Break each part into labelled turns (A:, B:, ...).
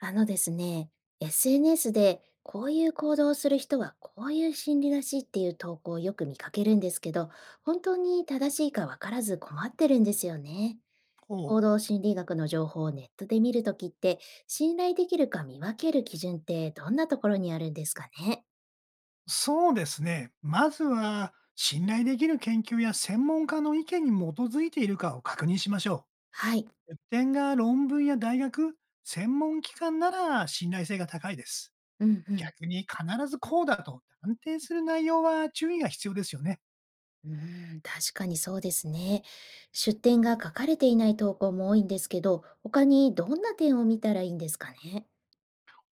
A: あのですね、SNS でこういう行動をする人はこういう心理らしいっていう投稿をよく見かけるんですけど、本当に正しいかわからず困ってるんですよね。
B: こう、
A: 行動心理学の情報をネットで見るときって、信頼できるか見分ける基準ってどんなところにあるんですかね？
B: そうですね。まずは、信頼できる研究や専門家の意見に基づいているかを確認しましょ
A: はい。
B: う。点が論文や大学、専門機関なら信頼性が高いです。
A: うんうん。
B: 逆に必ずこうだと断定する内容は注意が必要ですよね。
A: うーん、確かにそうですね。出典が書かれていない投稿も多いんですけど、他にどんな点を見たらいいんですかね？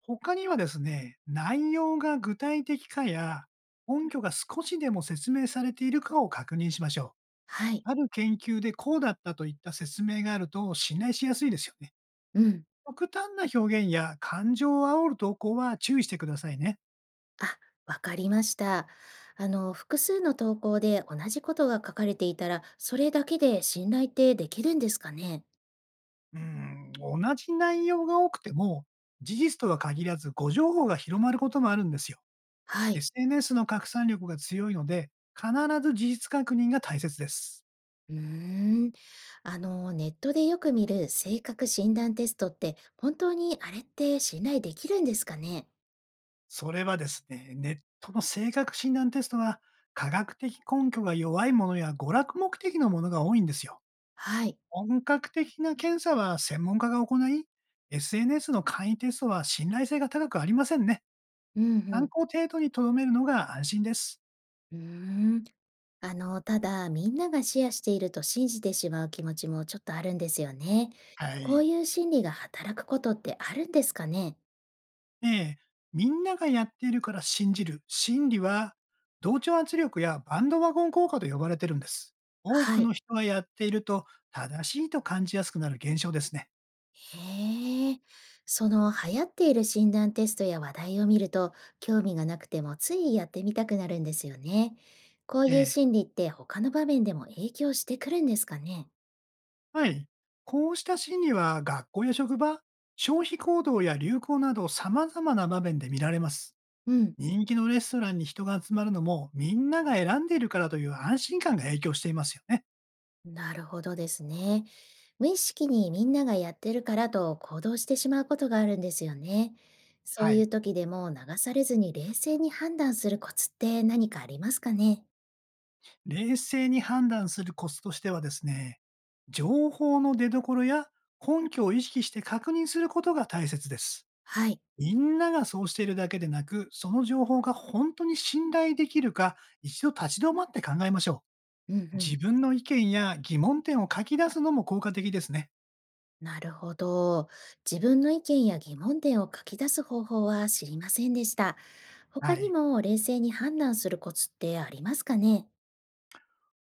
B: 他にはですね、内容が具体的かや、根拠が少しでも説明されているかを確認しましょ
A: はい。
B: う。ある研究でこうだったといった説明があると信頼しやすいですよね。
A: うん。
B: 極端な表現や感情を煽る投稿は注意してくださいね。
A: あ、わかりました。あの、複数の投稿で同じことが書かれていたら、それだけで信頼ってできるんですかね？
B: うん、同じ内容が多くても、事実とは限らず誤情報が広まることもあるんですよ。
A: はい。
B: SNS の拡散力が強いので、必ず事実確認が大切です。
A: うーん。あの、ネットでよく見る性格診断テストって、本当にあれって信頼できるんですかね？
B: それはですね、ネットの性格診断テストは、科学的根拠が弱いものや娯楽目的のものが多いんですよ。
A: はい。
B: 本格的な検査は専門家が行い、SNS の簡易テストは信頼性が高くありませんね。
A: うんう
B: 参
A: ん。
B: 考程度に留めるのが安心です。
A: うーん。あの、ただ、みんながシェアしていると信じてしまう気持ちもちょっとあるんですよね。
B: は
A: こう
B: い。
A: いう心理が働くことってあるんですかね？
B: ええ、みんながやっているから信じる心理は、同調圧力やバンドワゴン効果と呼ばれてるんです。多
A: は
B: く
A: い。
B: の人がやっていると正しいと感じやすくなる現象ですね。
A: へえ、その流行っている診断テストや話題を見ると、興味がなくてもついやってみたくなるんですよね。こう
B: え
A: いう
B: え、
A: 心理って他の場面でも影響してくるんですかね？
B: はい。こうした心理は学校や職場、消費行動や流行など様々な場面で見られます。
A: うん、
B: 人気のレストランに人が集まるのもみんなが選んでいるからという安心感が影響していますよね。
A: なるほどですね。無意識にみんながやってるからと行動してしまうことがあるんですよね。そう
B: は
A: いう
B: い。
A: 時でも流されずに冷静に判断するコツって何かありますかね？
B: 冷静に判断するコツとしてはですね、情報の出所や根拠を意識して確認することが大切です。
A: はい。
B: みんながそうしているだけでなく、その情報が本当に信頼できるか、一度立ち止まって考えましょ
A: うん
B: う。
A: うん。
B: 自分の意見や疑問点を書き出すのも効果的ですね。
A: なるほど。自分の意見や疑問点を書き出す方法は知りませんでした。他
B: は
A: に
B: い。
A: も冷静に判断するコツってありますかね？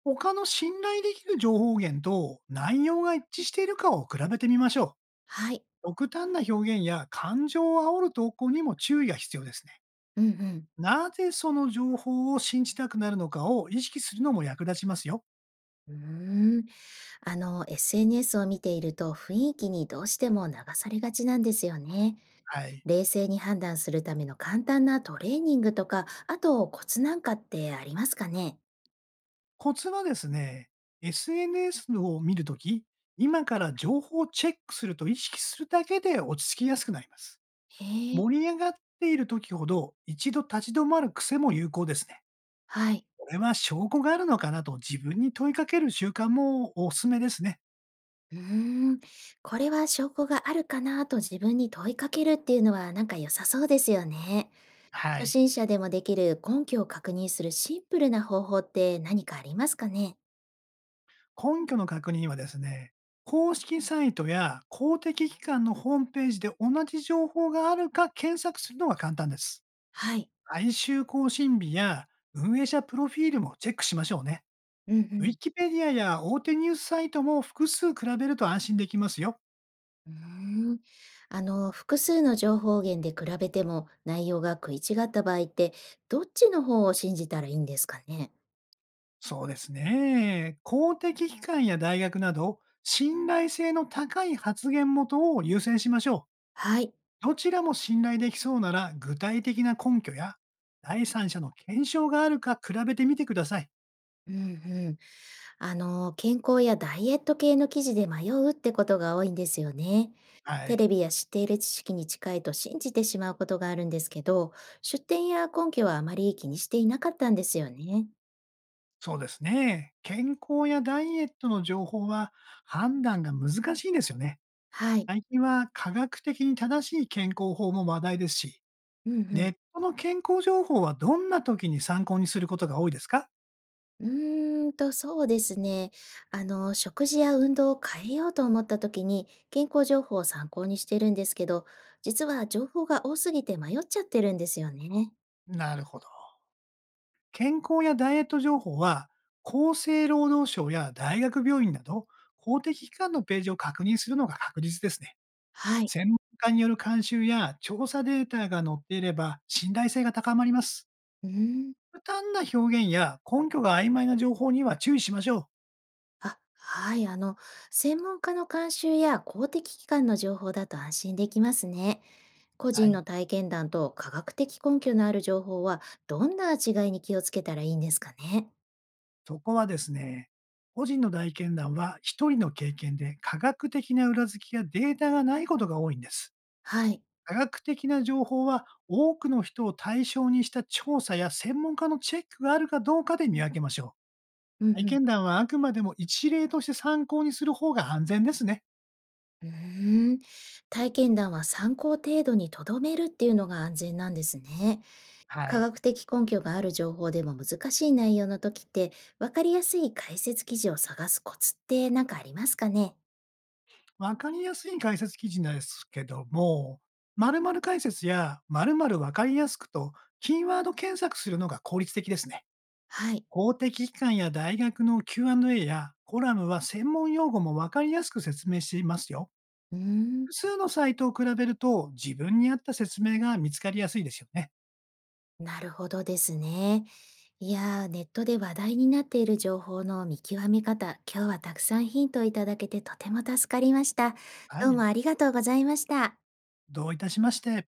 B: 他の信頼できる情報源と内容が一致しているかを比べてみましょ
A: はい。
B: う。極端な表現や感情を煽る投稿にも注意が必要ですね。
A: うんうん。
B: なぜその情報を信じたくなるのかを意識するのも役立ちますよ。
A: うーん。あの、SNS を見ていると雰囲気にどうしても流されがちなんですよね。
B: はい。
A: 冷静に判断するための簡単なトレーニングとか、あとコツなんかってありますかね？
B: コツはですね、SNS を見るとき、今から情報をチェックすると意識するだけで落ち着きやすくなります。
A: へえ。
B: 盛り上がっているときほど一度立ち止まる癖も有効ですね。
A: はい。
B: これは証拠があるのかなと自分に問いかける習慣もおすすめですね。
A: うーん、これは証拠があるかなと自分に問いかけるっていうのはなんか良さそうですよね。
B: は
A: 初
B: い。
A: 心者でもできる根拠を確認するシンプルな方法って何かありますかね？
B: 根拠の確認はですね、公式サイトや公的機関のホームページで同じ情報があるか検索するのが簡単です。
A: はい。
B: 毎週更新日や運営者プロフィールもチェックしましょうね。
A: うんう
B: ウィ
A: ん。
B: キペディアや大手ニュースサイトも複数比べると安心できますよ。
A: うーん。あの、複数の情報源で比べても内容が食い違った場合って、どっちの方を信じたらいいんですかね？
B: そうですね。公的機関や大学など、信頼性の高い発言元を優先しましょ
A: はい。
B: う。どちらも信頼できそうなら、具体的な根拠や、第三者の検証があるか比べてみてください。
A: うん。あの、健康やダイエット系の記事で迷うってことが多いんですよね。
B: は
A: テ
B: い。
A: レビや知っている知識に近いと信じてしまうことがあるんですけど、出典や根拠はあまり気にしていなかったんですよね。
B: そうですね。健康やダイエットの情報は判断が難しいですよね。
A: はい。
B: 最近は科学的に正しい健康法も話題ですし、
A: うんう
B: ネ
A: ん。
B: ットの健康情報はどんな時に参考にすることが多いですか？
A: うーんと、そうですね。あの、食事や運動を変えようと思った時に、健康情報を参考にしてるんですけど、実は情報が多すぎて迷っちゃってるんですよね。
B: なるほど。健康やダイエット情報は、厚生労働省や大学病院など、公的機関のページを確認するのが確実ですね。
A: はい。
B: 専門家による監修や調査データが載っていれば信頼性が高まります。
A: うーん。
B: 不単な表現や根拠が曖昧な情報には注意しましょう。
A: あ、はい。あの、専門家の監修や公的機関の情報だと安心できますね。個
B: は
A: 人
B: い。
A: の体験談と科学的根拠のある情報は、どんな違いに気をつけたらいいんですかね？
B: そこはですね、個人の大検談は一人の経験で科学的な裏付きやデータがないことが多いんです。
A: はい。
B: 科学的な情報は多くの人を対象にした調査や専門家のチェックがあるかどうかで見分けましょ
A: うん
B: う。体
A: うん。
B: 験談はあくまでも一例として参考にする方が安全ですね。
A: うーん。体験談は参考程度にとどめるっていうのが安全なんですね。
B: は
A: 科
B: い。
A: 学的根拠がある情報でも難しい内容の時って、わかりやすい解説記事を探すコツって何かありますかね？
B: わかりやすい解説記事ですけども、〇〇解説や〇〇わかりやすくと、キーワード検索するのが効率的ですね。
A: はい。
B: 公的機関や大学の Q&A やコラムは専門用語もわかりやすく説明していますよ。
A: うーん。
B: 複数のサイトを比べると、自分に合った説明が見つかりやすいですよね。
A: なるほどですね。いやー、ネットで話題になっている情報の見極め方、今日はたくさんヒントをいただけてとても助かりました。
B: は
A: どう
B: い。
A: もありがとうございました。
B: どういたしまして。